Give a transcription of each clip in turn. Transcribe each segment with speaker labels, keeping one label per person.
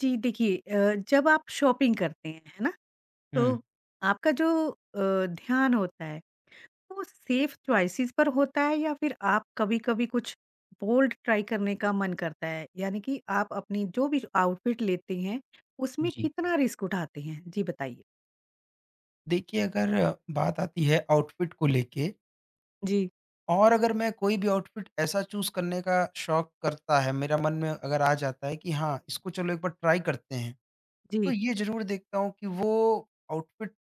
Speaker 1: जी, देखिए जब आप शॉपिंग करते हैं, है ना?
Speaker 2: हुँ,
Speaker 1: तो आपका जो ध्यान होता है, वो सेफ चॉइसेस पर होता है या फिर आप कभी-कभी कुछ बोल्ड ट्राई करने का मन करता है? यानी कि आप अपनी जो भी आउटफिट लेते हैं, उसमें
Speaker 2: जी।
Speaker 1: कितना रिस्क उठाते हैं? जी, बताइए?
Speaker 2: देखिए अगर बात आती है आउटफिट को लेके
Speaker 1: जी,
Speaker 2: और अगर मैं कोई भी आउटफिट ऐसा चूज़ करने का शौक करता है, मेरा मन में अगर आ जाता है कि हाँ, इसको चलो एक बार ट्राई करते हैं, तो
Speaker 1: जी।
Speaker 2: ये ज़रूर देखता हूँ कि वो आउटफिट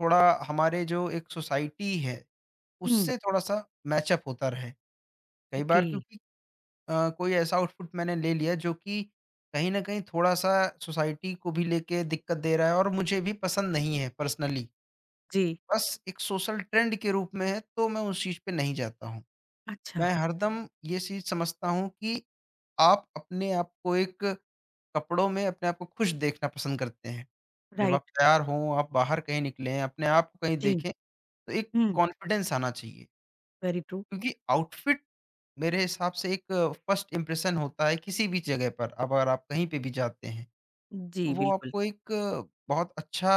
Speaker 2: थोड़ा हमारे जो एक सोसाइटी है,
Speaker 1: हुँ।
Speaker 2: उससे थोड़ा-सा मैच अप होता रहे। कई बार
Speaker 1: ओके,
Speaker 2: क्योंकि कोई ऐसा आउटफिट मैंने ले लिया जो कि कहीं न कहीं थोड़ा-सा सोसाइटी को भी लेके दिक्कत दे रहा है और मुझे भी पसंद नहीं है पर्सनली।
Speaker 1: जी।
Speaker 2: बस एक सोशल ट्रेंड के रूप में है, तो मैं उस चीज़ पे नहीं जाता हूँ।
Speaker 1: अच्छा,
Speaker 2: मैं हरदम ये चीज़ समझता हूँ कि आप अपने आप को एक कपड़ों में अपने आप को खुश देखना पसंद करते हैं। जब आप
Speaker 1: राइट।
Speaker 2: तैयार हों, आप बाहर कहीं निकलें, अपने आप को कहीं
Speaker 1: जी,
Speaker 2: देखें, तो एक
Speaker 1: हुँ,
Speaker 2: कॉन्फिडेंस आना चाहिए।
Speaker 1: Very true.
Speaker 2: क्योंकि आउटफिट मेरे हिसाब से एक फर्स्ट इंप्रेशन होता है किसी भी जगह पर, अब अगर आप कहीं पे भी जाते हैं।
Speaker 1: जी,
Speaker 2: वो
Speaker 1: बिल्कुल।
Speaker 2: आपको एक बहुत अच्छा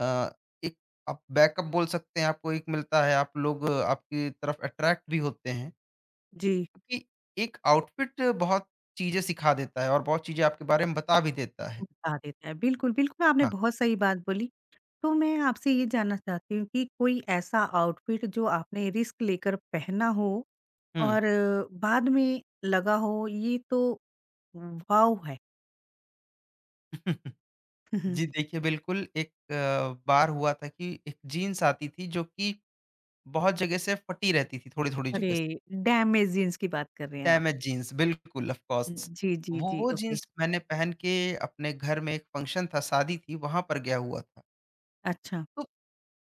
Speaker 2: अ, एक आप बैकअप बोल सकते हैं, आपको एक मिलता है, आप लोग आपकी तरफ अट्रैक्ट भी होते हैं,
Speaker 1: जी।
Speaker 2: क्योंकि एक आउटफिट बहुत चीज़ें सिखा देता है और बहुत चीज़ें आपके बारे में बता भी देता है।
Speaker 1: बता देता है। बिल्कुल, बिल्कुल, आपने
Speaker 2: हाँ।
Speaker 1: बहुत सही बात बोली। तो मैं आपसे ये जानना चाहती हूँ कि कोई ऐसा आउटफिट जो आपने रिस्क लेकर पहना हो
Speaker 2: हुँ।
Speaker 1: और बाद में लगा हो ये तो वाव है।
Speaker 2: जी, देखिए बिल्कुल एक बार हुआ था कि एक जीन्स आती थी जो कि बहुत जगह से फटी रहती थी, थोड़ी-थोड़ी
Speaker 1: अरे,
Speaker 2: जगह से।
Speaker 1: डैमेज जींस की बात कर रहे हैं आप।
Speaker 2: डैमेज जीन्स, बिल्कुल ऑफ़ कोर्स।
Speaker 1: जी जी जी,
Speaker 2: वो
Speaker 1: ओके।
Speaker 2: जीन्स मैंने पहन के अपने घर में एक फ़ंक्शन था, शादी थी, वहाँ पर गया हुआ था।
Speaker 1: अच्छा।
Speaker 2: तो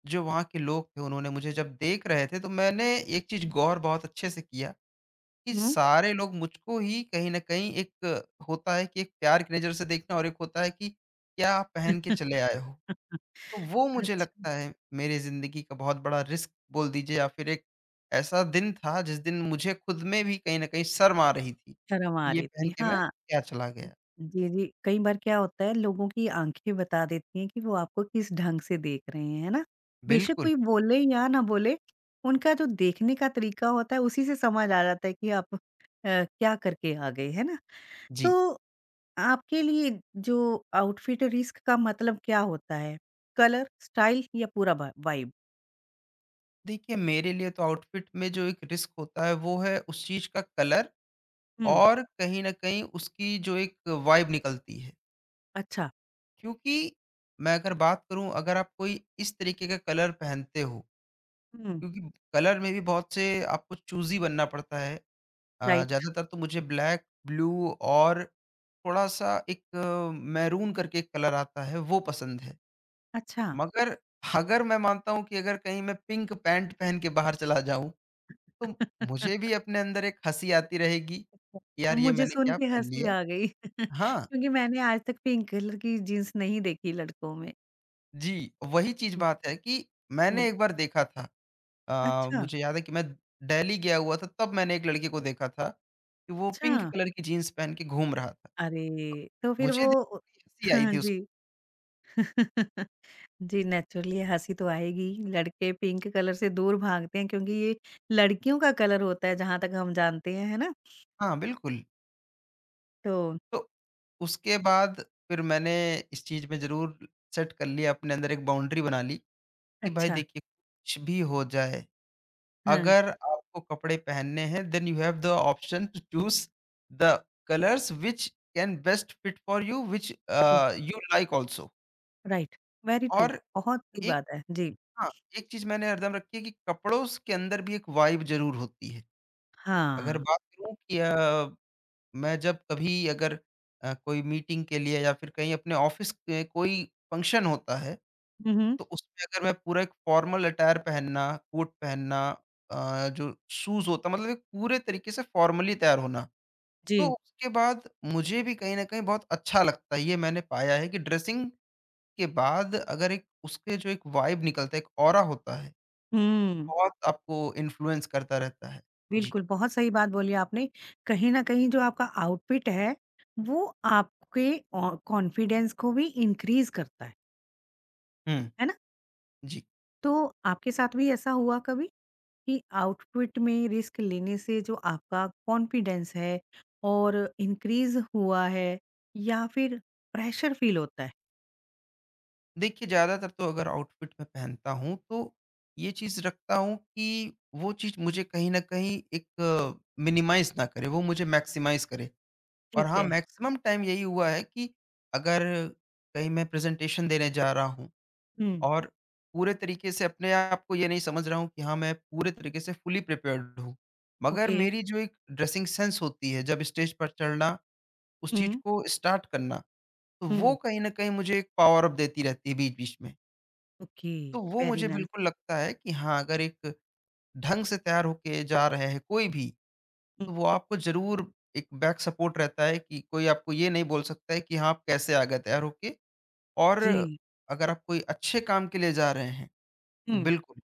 Speaker 2: जो वहाँ के लोग थे, उन्होंने मुझे जब देख रहे थे, तो मैंने एक चीज़ गौर बहुत अच्छे से किया कि
Speaker 1: हम्म।
Speaker 2: सारे लोग मुझको ही कहीं न कहीं एक होता है कि एक प्यार की नज़र से देखना और एक होता है कि क्या आप पहन के चले आए हो। तो वो मुझे
Speaker 1: अच्छा।
Speaker 2: लगता है मेरी ज़िंदगी का बहुत बड़ा रिस्क बोल दीजिए या फिर एक ऐसा दिन था जिस दिन मुझे खुद में भी कहीं न कहीं शर्म आ रही थी।
Speaker 1: शर्म आ
Speaker 2: ये
Speaker 1: रही
Speaker 2: पहन
Speaker 1: थी,
Speaker 2: के मैं
Speaker 1: हाँ।
Speaker 2: क्या चला गया?
Speaker 1: जी, जी। कई बार क्या होता है, लोगों की आँखें बता देती हैं कि वो आपको किस ढंग से देख रहे हैं, है ना? बेशक
Speaker 2: बिल्कुल,
Speaker 1: कोई बोले या ना बोले, उनका जो देखने का तरीका होता है उसी से समझ आ जाता है कि आप क्या करके आ गए, है ना?
Speaker 2: जी।
Speaker 1: तो आपके लिए जो आउटफिट रिस्क का मतलब क्या होता है? कलर, स्टाइल या पूरा वा वाइब?
Speaker 2: देखिए मेरे लिए तो आउटफिट में जो एक रिस्क होता है वो है उस चीज़ का कलर
Speaker 1: हुँ,
Speaker 2: और कहीं न कहीं उसकी जो एक वाइब निकलती है।
Speaker 1: अच्छा,
Speaker 2: क्योंकि मैं अगर बात करूँ अगर आप कोई इस तरीके का कलर पहनते हो
Speaker 1: हुँ,
Speaker 2: क्योंकि कलर में भी बहुत से आपको चूज़ी बनना पड़ता है।
Speaker 1: राइट,
Speaker 2: ज़्यादातर तो मुझे ब्लैक, ब्लू और थोड़ा-सा एक मैरून करके एक कलर आता है, वो पसंद है।
Speaker 1: अच्छा।
Speaker 2: मगर अगर मैं मानता हूँ कि अगर कहीं मैं पिंक पैंट पहन के बाहर चला जाऊँ, तो मुझे भी अपने अंदर एक हँसी आती रहेगी, कि यार ये
Speaker 1: मुझे
Speaker 2: मैंने
Speaker 1: सुन
Speaker 2: क्या
Speaker 1: के
Speaker 2: पहन
Speaker 1: हँसी
Speaker 2: लिया?
Speaker 1: आ गई।
Speaker 2: हाँ,
Speaker 1: क्योंकि मैंने आज तक पिंक कलर की जीन्स नहीं देखी लड़कों में।
Speaker 2: जी, वही चीज़ बात है कि मैंने
Speaker 1: हुँ,
Speaker 2: एक बार देखा था
Speaker 1: अच्छा,
Speaker 2: मुझे याद है कि मैं दिल्ली गया हुआ था तब मैंने एक लड़के को देखा था, कि वो
Speaker 1: अच्छा।
Speaker 2: पिंक कलर की जीन्स पहन के घूम रहा था।
Speaker 1: अरे!
Speaker 2: तो
Speaker 1: तो फिर
Speaker 2: मुझे देख
Speaker 1: वो
Speaker 2: के बड़ी हँसी आई
Speaker 1: हाँ
Speaker 2: थी उस
Speaker 1: जी। जी, नेचुरली हँसी तो आएगी, लड़के पिंक कलर से दूर भागते हैं क्योंकि ये लड़कियों का कलर होता है जहाँ तक हम जानते हैं, है ना?
Speaker 2: हाँ, बिल्कुल।
Speaker 1: तो
Speaker 2: तो उसके बाद फिर मैंने इस चीज़ में ज़रूर सेट कर लिया अपने अंदर एक बाउंड्री बना ली कि भाई
Speaker 1: अच्छा,
Speaker 2: देखिए कुछ भी हो जाए,
Speaker 1: हाँ,
Speaker 2: अगर आपको कपड़े पहनने हैं then you have the option to choose the colours which can best fit for you which
Speaker 1: true,
Speaker 2: you like also.
Speaker 1: Right, very true,
Speaker 2: और
Speaker 1: बहुत सही
Speaker 2: एक
Speaker 1: बात है। जी,
Speaker 2: हाँ, एक चीज़ मैंने हरदम रखी है कि कपड़ों स के अंदर भी एक वाइब ज़रूर होती है। अगर
Speaker 1: हाँ।
Speaker 2: बात करूँ कि अ मैं जब कभी अगर कोई मीटिंग के लिए या फिर कहीं अपने ऑफिस के कोई फ़ंक्शन होता है,
Speaker 1: हुँ, हुँ,
Speaker 2: तो उसमें अगर मैं पूरा एक फ़ॉर्मल अटायर पहनना, कोट पहनना जो शूज़ होता है मतलब एक पूरे तरीके से फ़ॉर्मली तैयार होना, तो
Speaker 1: जी,
Speaker 2: उसके बाद मुझे भी कहीं न कहीं बहुत अच्छा लगता है। ये मैंने पाया है कि ड्रेसिंग के बाद अगर एक उसके जो एक वाइब निकलता है, एक ऑरा होता है,
Speaker 1: हुँ।
Speaker 2: बहुत आपको इन्फ्लुएंस करता रहता है। जी।
Speaker 1: बिल्कुल, बहुत सही बात बोली आपने। कहीं न कहीं जो आपका आउटफिट है, वो आपके औ कॉन्फिडेंस को भी इंक्रीज़ करता
Speaker 2: हुँ।
Speaker 1: है ना?
Speaker 2: जी।
Speaker 1: तो आपके साथ भी ऐसा हुआ कभी कि आउटफिट में रिस्क लेने से जो आपका कॉन्फिडेंस है और इंक्रीज़ हुआ है या फिर प्रेशर फ़ील होता है?
Speaker 2: देखिए ज़्यादातर तो अगर आउटफिट मैं पहनता हूँ तो ये चीज़ रखता हूँ कि वो चीज़ मुझे कहीं न कहीं एक मिनिमाइज़ ना करे, वो मुझे मैक्सिमाइज़ करे। और
Speaker 1: ठीक
Speaker 2: हाँ,
Speaker 1: है।
Speaker 2: मैक्सिमम टाइम यही हुआ है कि अगर कहीं मैं प्रेज़ेंटेशन देने जा रहा हूँ
Speaker 1: हुँ,
Speaker 2: और पूरे तरीके से अपने आप को ये नहीं समझ रहा हूँ कि हाँ, मैं पूरे तरीके से फुली प्रिपेयर्ड हूँ। मगर
Speaker 1: ओके।
Speaker 2: मेरी जो एक ड्रेसिंग सेंस होती है जब स्टेज पर चढ़ना, उस चीज़
Speaker 1: हुँ,
Speaker 2: को स्टार्ट करना, तो वो
Speaker 1: हुँ,
Speaker 2: कहीं न कहीं मुझे एक पावर अप देती रहती है बीच-बीच में।
Speaker 1: ओके,
Speaker 2: तो वो
Speaker 1: वेरी
Speaker 2: मुझे
Speaker 1: नाइस।
Speaker 2: बिल्कुल लगता है कि हाँ, अगर एक ढंग से तैयार होके जा रहे हैं कोई भी,
Speaker 1: हुँ,
Speaker 2: तो वो आपको ज़रूर एक बैक सपोर्ट रहता है कि कोई आपको ये नहीं बोल सकता है कि हाँ, आप कैसे आ गए तैयार होके और
Speaker 1: जी।
Speaker 2: अगर आप कोई अच्छे काम के लिए जा रहे हैं, तो
Speaker 1: हुँ,
Speaker 2: बिल्कुल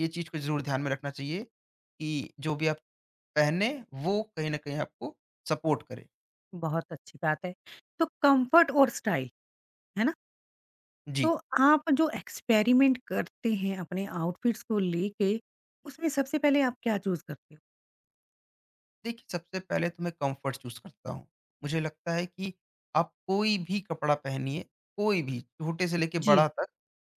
Speaker 2: ये चीज़ को ज़रूर ध्यान में रखना चाहिए कि जो भी आप पहने, वो कहीं न कहीं आपको सपोर्ट करे।
Speaker 1: बहुत अच्छी बात है। तो कम्फ़र्ट और स्टाइल, है ना? तो
Speaker 2: जी।
Speaker 1: आप जो एक्सपेरिमेंट करते हैं अपने आउटफिट्स को लेके, उसमें सबसे पहले आप क्या चूज़ करते हो?
Speaker 2: देखिए, सबसे पहले तो मैं कम्फ़र्ट चूज़ करता हूँ। मुझे लगता है कि आप कोई भी कपड़ा पहनिए, कोई भी, छोटे से लेके
Speaker 1: जी।
Speaker 2: बड़ा तक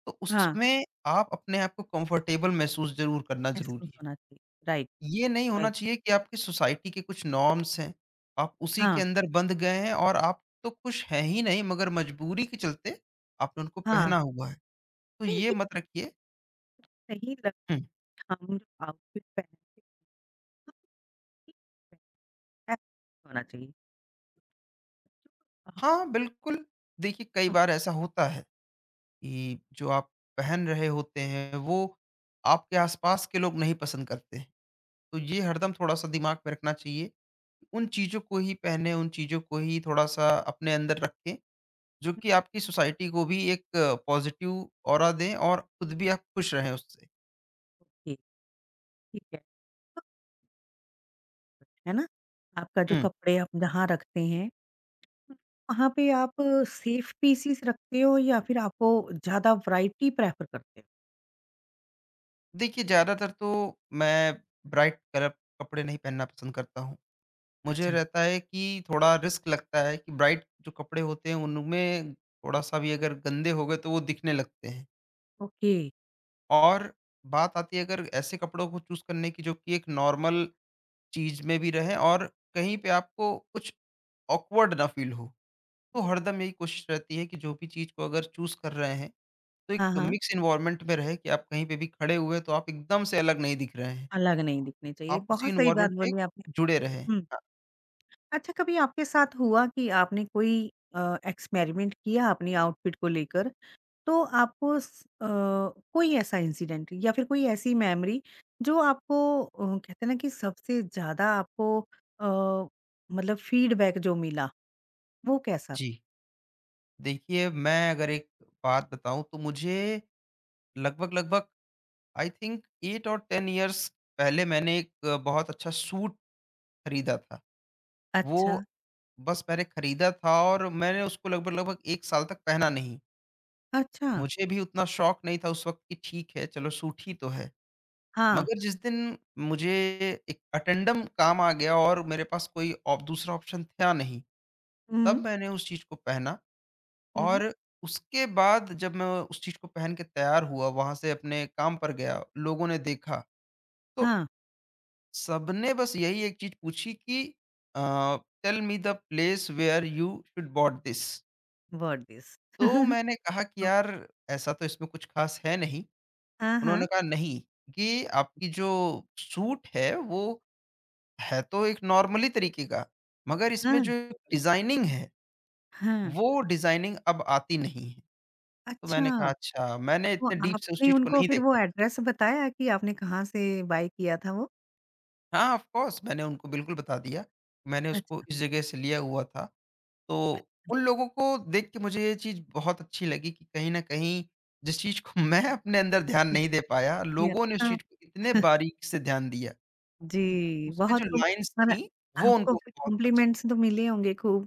Speaker 2: तो
Speaker 1: हाँ,
Speaker 2: उसमें आप अपने आप को कंफर्टेबल महसूस ज़रूर करना
Speaker 1: ऐसा
Speaker 2: ज़रूरी है।
Speaker 1: होना चाहिए। राइट,
Speaker 2: ये नहीं होना
Speaker 1: राइट।
Speaker 2: चाहिए कि आपकी सोसाइटी के कुछ नॉर्म्स हैं, आप उसी के
Speaker 1: हाँ,
Speaker 2: अंदर बंध गए हैं और आप तो खुश हैं ही नहीं मगर मजबूरी के चलते आपने उनको पहना
Speaker 1: हाँ।
Speaker 2: हुआ है, तो
Speaker 1: नहीं
Speaker 2: ये
Speaker 1: देखिए,
Speaker 2: मत रखिए।
Speaker 1: सही लग,
Speaker 2: हुँ।
Speaker 1: हम जो आउटफिट पहनते हैं हमें ठीक पहनना होना चाहिए। आपके
Speaker 2: हाँ, बिल्कुल देखिए कई बार ऐसा होता है कि जो आप पहन रहे होते हैं वो आपके आस-पास के लोग नहीं पसंद करते हैं, तो ये हरदम थोड़ा-सा दिमाग में रखना चाहिए उन चीज़ों को ही पहने, उन चीज़ों को ही थोड़ा-सा अपने अंदर रखें, जो कि आपकी सोसाइटी को भी एक पॉज़िटिव ऑरा दें और खुद भी आप खुश रहें उससे।
Speaker 1: ओके, ठीक है। तो है ना? आपका जो
Speaker 2: हुँ।
Speaker 1: कपड़े आप जहाँ रखते हैं, वहाँ पे आप सेफ पीसेस रखते हो या फिर आपको ज़्यादा वैरायटी प्रेफ़र करते हो?
Speaker 2: देखिए, ज़्यादातर तो मैं ब्राइट कलर कपड़े नहीं पहनना पसंद करता हूँ। मुझे
Speaker 1: अच्छा,
Speaker 2: रहता है कि थोड़ा रिस्क लगता है कि ब्राइट जो कपड़े होते हैं, उनमें थोड़ा-सा भी अगर गंदे हो गए, तो वो दिखने लगते हैं।
Speaker 1: ओके।
Speaker 2: और बात आती है अगर ऐसे कपड़ों को चूज़ करने की, जो कि एक नॉर्मल चीज़ में भी रहें और कहीं पे आपको कुछ ऑकवर्ड ना फ़ील हो। तो हरदम यही कोशिश रहती है कि जो भी चीज़ को अगर चूज़ कर रहे हैं, तो एक
Speaker 1: हाँ, हाँ।
Speaker 2: मिक्स एनवायरनमेंट में रहे कि आप कहीं पे भी खड़े हुए हैं, तो आप एकदम से अलग नहीं दिख रहे हैं।
Speaker 1: अलग नहीं दिखने चाहिए।
Speaker 2: आप उसी
Speaker 1: बहुत सही बात
Speaker 2: एनवायरनमेंट में
Speaker 1: बोली आपने।
Speaker 2: जुड़े रहें।
Speaker 1: हुँ।
Speaker 2: अ,
Speaker 1: अच्छा, कभी आपके साथ हुआ कि आपने कोई एक्सपेरिमेंट किया अपनी आउटफिट को लेकर, तो आपको कोई ऐसा इंसिडेंट या फिर कोई ऐसी मेमोरी जो आपको अ, कहते हैं ना कि सबसे ज़्यादा आपको मतलब फीडबैक जो मिला, वो कैसा था?
Speaker 2: जी। देखिए, मैं अगर एक बात बताऊँ तो मुझे लगभग-लगभग आई थिंक 8 और 10 इयर्स पहले मैंने एक बहुत अच्छा सूट खरीदा था। वो
Speaker 1: अच्छा,
Speaker 2: बस मैंने खरीदा था और मैंने उसको लगभग-लगभग 1 साल तक पहना नहीं।
Speaker 1: अच्छा।
Speaker 2: मुझे भी उतना शौक नहीं था उस वक़्त कि ठीक है, चलो सूठी तो है।
Speaker 1: हाँ।
Speaker 2: मगर जिस दिन मुझे एक अटेंडम काम आ गया और मेरे पास कोई ऑप दूसरा ऑप्शन था नहीं, तब
Speaker 1: हुँ,
Speaker 2: मैंने उस चीज़ को पहना
Speaker 1: हुँ।
Speaker 2: और उसके बाद जब मैं उस चीज़ को पहन के तैयार हुआ, वहाँ से अपने काम पर गया, लोगों ने देखा, तो
Speaker 1: हाँ,
Speaker 2: सबने बस यही एक चीज़ पूछी कि uh, tell me the place where you should bought this.
Speaker 1: What this?
Speaker 2: तो मैंने कहा कि
Speaker 1: ओ
Speaker 2: यार ऐसा तो इसमें कुछ ख़ास है नहीं।
Speaker 1: हाँ,
Speaker 2: उन्होंने
Speaker 1: हाँ।
Speaker 2: कहा नहीं, ये आपकी जो सूट है वो है तो एक नॉर्मली तरीके का, मगर इसमें
Speaker 1: हाँ,
Speaker 2: जो डिज़ाइनिंग है,
Speaker 1: हाँ।
Speaker 2: वो डिज़ाइनिंग अब आती नहीं है। तो मैंने कहा
Speaker 1: अच्छा।
Speaker 2: अच्छा, मैंने
Speaker 1: तो
Speaker 2: इतने डीप से उस
Speaker 1: आपने
Speaker 2: चीज़ को
Speaker 1: उनको
Speaker 2: नहीं
Speaker 1: फिर वो
Speaker 2: देखा।
Speaker 1: एड्रेस बताया कि आपने कहाँ से बाय किया था वो?
Speaker 2: हाँ, ऑफ कोर्स मैंने उनको बिल्कुल बता दिया, मैंने उसको
Speaker 1: अच्छा।
Speaker 2: इस जगह से लिया हुआ था। तो उन लोगों को देख के मुझे ये चीज़ बहुत अच्छी लगी कि कहीं न कहीं जिस चीज़ को मैं अपने अंदर ध्यान नहीं दे पाया,
Speaker 1: जी,
Speaker 2: लोगों ने उस
Speaker 1: हाँ।
Speaker 2: चीज़ को इतने बारीक से ध्यान दिया। कि
Speaker 1: जी,
Speaker 2: उसमें जो
Speaker 1: बहुत खूब।
Speaker 2: लाइन्स
Speaker 1: और
Speaker 2: थी, वो
Speaker 1: आपको
Speaker 2: उनको
Speaker 1: फिर
Speaker 2: बहुत अच्छी
Speaker 1: कॉम्प्लीमेंट्स तो मिले होंगे खूब।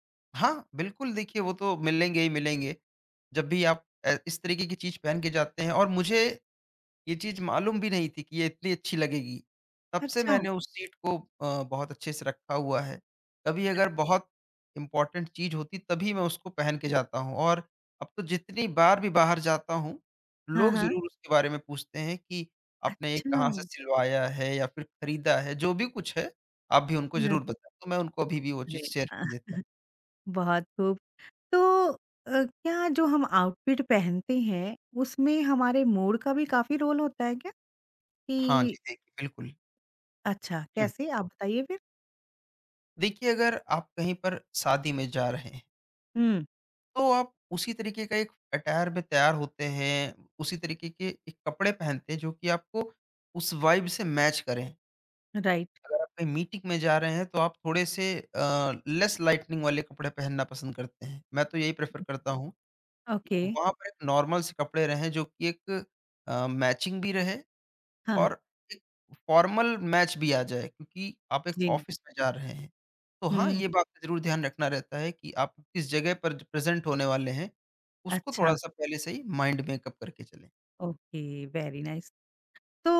Speaker 2: लगी। हाँ, बिल्कुल देखिए वो तो मिलेंगे ही मिलेंगे। जब भी आप इस तरीके की चीज़ पहन के जाते हैं और मुझे ये चीज़ मालूम भी नहीं थी कि ये इतनी अच्छी लगेगी। तब से
Speaker 1: अच्छा,
Speaker 2: मैंने उस सीट को बहुत अच्छे से रखा हुआ है। कभी
Speaker 1: अ,
Speaker 2: अगर बहुत इम्पोर्टेंट चीज़ होती तभी मैं उसको पहन के जाता हूँ और अब तो जितनी बार भी बाहर जाता हूँ,
Speaker 1: हाँ,
Speaker 2: लोग
Speaker 1: हाँ।
Speaker 2: ज़रूर उसके बारे में पूछते हैं कि आपने ये
Speaker 1: अच्छा,
Speaker 2: कहाँ से सिलवाया है या फिर खरीदा है, जो भी कुछ है, आप भी उनको
Speaker 1: हाँ।
Speaker 2: ज़रूर बताएँ। तो मैं उनको अभी भी वो
Speaker 1: अरे
Speaker 2: चीज़ शेयर कर
Speaker 1: वाह!
Speaker 2: देता हूँ।
Speaker 1: बहुत खूब। तो क्या जो हम आउटफिट पहनते हैं, उसमें हमारे मूड का भी काफ़ी रोल होता है क्या? कि
Speaker 2: हाँ जी, देखिए बिल्कुल।
Speaker 1: अच्छा,
Speaker 2: हुँ।
Speaker 1: कैसे? आप बताइए फिर?
Speaker 2: देखिए अगर आप कहीं पर शादी में जा रहे हैं
Speaker 1: हुँ,
Speaker 2: तो आप उसी तरीके का एक अटायर में तैयार होते हैं, उसी तरीके के एक कपड़े पहनते हैं जो कि आपको उस वाइब से मैच करें।
Speaker 1: राइट,
Speaker 2: अगर आप कहीं मीटिंग में जा रहे हैं तो आप थोड़े से लेस लाइटनिंग वाले कपड़े पहनना पसंद करते हैं। मैं तो यही प्रेफ़र करता हूँ कि
Speaker 1: ओके।
Speaker 2: वहाँ पर एक नॉर्मल से कपड़े रहें जो कि एक मैचिंग भी रहे
Speaker 1: हाँ,
Speaker 2: और एक फॉर्मल मैच भी आ जाए क्योंकि आप एक
Speaker 1: जी।
Speaker 2: ऑफिस में जा रहे हैं। तो हाँ,
Speaker 1: हुँ,
Speaker 2: ये बात का ज़रूर ध्यान रखना रहता है कि आप किस जगह पर ज प्रेज़ेंट होने वाले हैं, उसको
Speaker 1: अच्छा।
Speaker 2: थोड़ा-सा पहले से ही माइंड मेकअप करके चलें।
Speaker 1: Okay, very nice. तो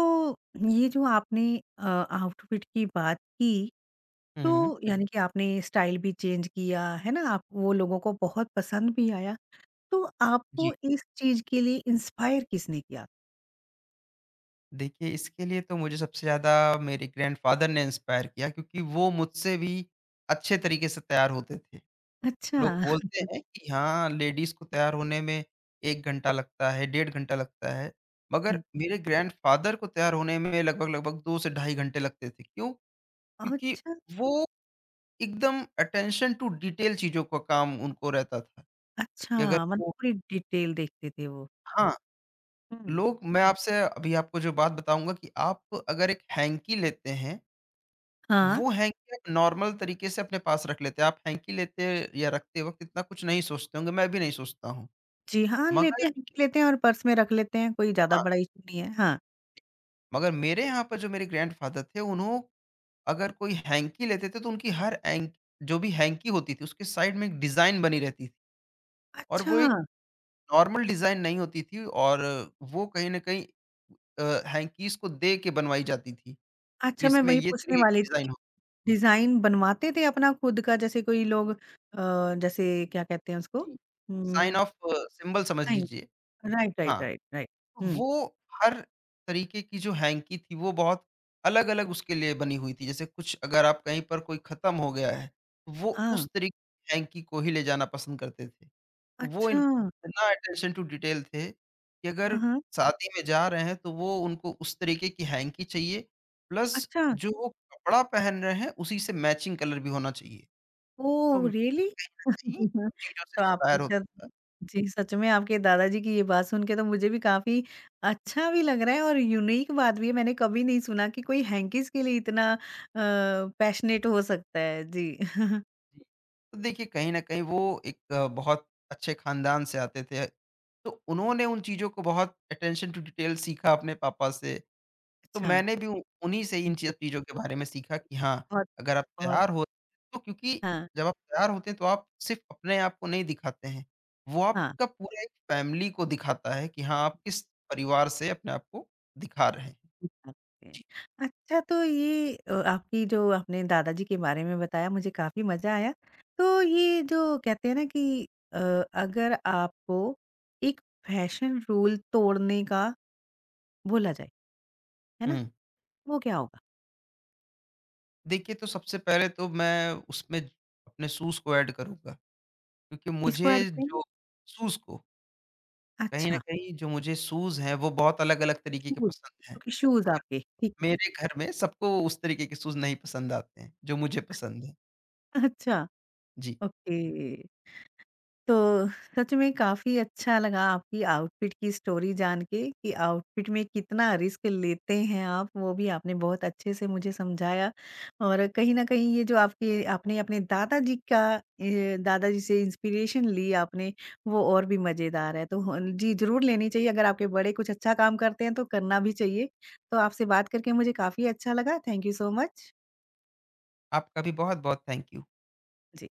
Speaker 1: ये जो आपने आउटफिट की बात की, तो
Speaker 2: हुँ।
Speaker 1: यानी कि आपने स्टाइल भी चेंज किया है ना, आप वो लोगों को बहुत पसंद भी आया। तो आपको
Speaker 2: जी।
Speaker 1: इस चीज के लिए इंस्पायर किसने किया?
Speaker 2: देखिए इसके लिए तो मुझे सबसे ज़्यादा मेरे ग्रैंडफ़ादर ने इंस्पायर किया क्योंकि वो मुझसे भी अच्छे तरीके से तैयार होते थे।
Speaker 1: अच्छा
Speaker 2: लोग बोलते हैं कि हाँ, लेडीज़ को तैयार होने में 1 घंटा लगता है, डेढ़ घंटा लगता है। मगर
Speaker 1: जी।
Speaker 2: मेरे ग्रैंडफ़ादर को तैयार होने में लगभग-लगभग 2 से ढाई घंटे लगते थे। क्यों? क्योंकि
Speaker 1: अच्छा,
Speaker 2: वो एकदम अटेंशन टू डिटेल चीज़ों का काम उनको रहता था
Speaker 1: अच्छा,
Speaker 2: कि अगर
Speaker 1: मतलब
Speaker 2: वो
Speaker 1: पूरी डिटेल देखते थे वो।
Speaker 2: हाँ,
Speaker 1: हम्म,
Speaker 2: लोग मैं आपसे अभी आपको जो बात बताऊँगा कि आप अगर एक हैंकी लेते हैं,
Speaker 1: हाँ।
Speaker 2: वो हैंकी आप नॉर्मल तरीके से अपने पास रख लेते हैं। आप हैंकी लेते या रखते वक़्त इतना कुछ नहीं सोचते होंगे, मैं भी नहीं सोचता हूँ।
Speaker 1: जी हाँ,
Speaker 2: मगर
Speaker 1: लेते हैं। लेते हैं और पर्स में रख लेते हैं, कोई ज्यादा
Speaker 2: हाँ
Speaker 1: बड़ा इशू नहीं है, हाँ।
Speaker 2: मगर मेरे यहाँ पर जो मेरे ग्रैंडफ़ादर थे, उन्हों अगर कोई हैंकी लेते थे, तो उनकी हर हैंक जो भी हैंकी होती थी, उसके साइड में एक डिज़ाइन बनी रहती थी और
Speaker 1: अच्छा।
Speaker 2: वो एक नॉर्मल डिज़ाइन नहीं होती थी और वो कहीं न कहीं हैंकीज़ को दे के बनवाई जाती थी, कि
Speaker 1: अच्छा, मैं
Speaker 2: इसमें
Speaker 1: वही
Speaker 2: ये
Speaker 1: पूछने
Speaker 2: तरीके
Speaker 1: वाली
Speaker 2: की
Speaker 1: थी।
Speaker 2: डिज़ाइन हो।
Speaker 1: डिज़ाइन बनवाते थे अपना खुद का, जैसे कोई लोग जैसे क्या कहते हैं उसको?
Speaker 2: जी। साइन
Speaker 1: उम,
Speaker 2: ऑफ सिंबल समझ
Speaker 1: साइन,
Speaker 2: लीजिए।
Speaker 1: राइट, राइट,
Speaker 2: हाँ,
Speaker 1: राइट, राइट। हुँ।
Speaker 2: वो हर तरीके की जो हैंकी थी, वो बहुत अलग-अलग उसके लिए बनी हुई थी। जैसे कुछ अगर आप कहीं पर कोई ख़त्म हो गया है, तो वो
Speaker 1: हाँ,
Speaker 2: उस तरीके की हैंकी को ही ले जाना पसंद करते थे। तो वो इन
Speaker 1: अच्छा।
Speaker 2: इतना अटेंशन टू डिटेल थे कि अगर
Speaker 1: हाँ, हाँ।
Speaker 2: शादी में जा रहे हैं, तो वो उनको उस तरीके की हैंकी चाहिए, प्लस
Speaker 1: अच्छा,
Speaker 2: जो वो कपड़ा पहन रहे हैं, उसी से मैचिंग कलर भी होना चाहिए। तो
Speaker 1: ओह
Speaker 2: मैं
Speaker 1: रियली?
Speaker 2: कहीं न कहीं उन चीज़ों से
Speaker 1: तो आपने
Speaker 2: इंस्पायर
Speaker 1: जब,
Speaker 2: होता था।
Speaker 1: जी, सच में आपके दादाजी की ये बात सुन के तो मुझे भी काफ़ी अच्छा भी लग रहा है और यूनिक बात भी है, मैंने कभी नहीं सुना कि कोई हैंकीज़ के लिए इतना पैशनेट हो सकता है। जी।
Speaker 2: जी। तो देखिए कहीं न कहीं वो एक बहुत अच्छे ख़ानदान से आते थे। तो उन्होंने उन चीज़ों को बहुत अटेंशन टू डिटेल सीखा अपने पापा से। तो
Speaker 1: अच्छा,
Speaker 2: मैंने भी उ- उन्हीं से ही इन ची
Speaker 1: जी,
Speaker 2: चीज़ों के बारे में सीखा कि हाँ,
Speaker 1: बहुत,
Speaker 2: अगर आप
Speaker 1: बहुत
Speaker 2: तैयार हो तो क्योंकि
Speaker 1: हाँ,
Speaker 2: जब आप तैयार होते हैं तो आप सिर्फ़ अपने आप को नहीं दिखाते हैं। वो
Speaker 1: हाँ।
Speaker 2: आपका पूरा एक फ़ैमिली को दिखाता है कि हाँ, आप किस परिवार से अपने आप को दिखा रहे हैं।
Speaker 1: ओके।
Speaker 2: जी।
Speaker 1: अच्छा, तो ये आपकी जो आपने दादाजी के बारे में बताया मुझे काफ़ी मज़ा आया। तो ये जो कहते हैं ना कि अ, अगर आपको एक फैशन रूल तोड़ने का बोला जाए, है ना?
Speaker 2: हुँ।
Speaker 1: वो क्या होगा?
Speaker 2: देखिए तो सबसे पहले तो मैं उसमें अपने शूज़ को ऐड करूँगा। क्योंकि
Speaker 1: किसको
Speaker 2: मुझे
Speaker 1: ऐड करेंगे?
Speaker 2: जो शूज़ को कहीं न
Speaker 1: अच्छा,
Speaker 2: कहीं जो मुझे शूज़ हैं, वो बहुत अलग-अलग तरीके के
Speaker 1: शूज़
Speaker 2: पसंद हैं।
Speaker 1: ओके, शूज़
Speaker 2: मगर
Speaker 1: आपके ठीक है, ठीक।
Speaker 2: मेरे घर में सबको उस तरीके के शूज़ नहीं पसंद आते हैं, जो मुझे पसंद हैं।
Speaker 1: अच्छा,
Speaker 2: जी,
Speaker 1: ओके। तो सच में काफ़ी अच्छा लगा आपकी आउटफिट की स्टोरी जान के कि आउटफिट में कितना रिस्क लेते हैं आप, वो भी आपने बहुत अच्छे से मुझे समझाया। और कहीं न कहीं ये जो आपके आपने अपने दादाजी का ए, दादाजी से इंस्पिरेशन ली आपने, वो और भी मज़ेदार है। तो होन जी, ज़रूर लेनी चाहिए, अगर आपके बड़े कुछ अच्छा काम करते हैं तो करना भी चाहिए। तो आपसे बात करके मुझे काफ़ी अच्छा लगा। Thank you so much.
Speaker 2: आपका भी बहुत-बहुत थैंक यू।
Speaker 1: जी।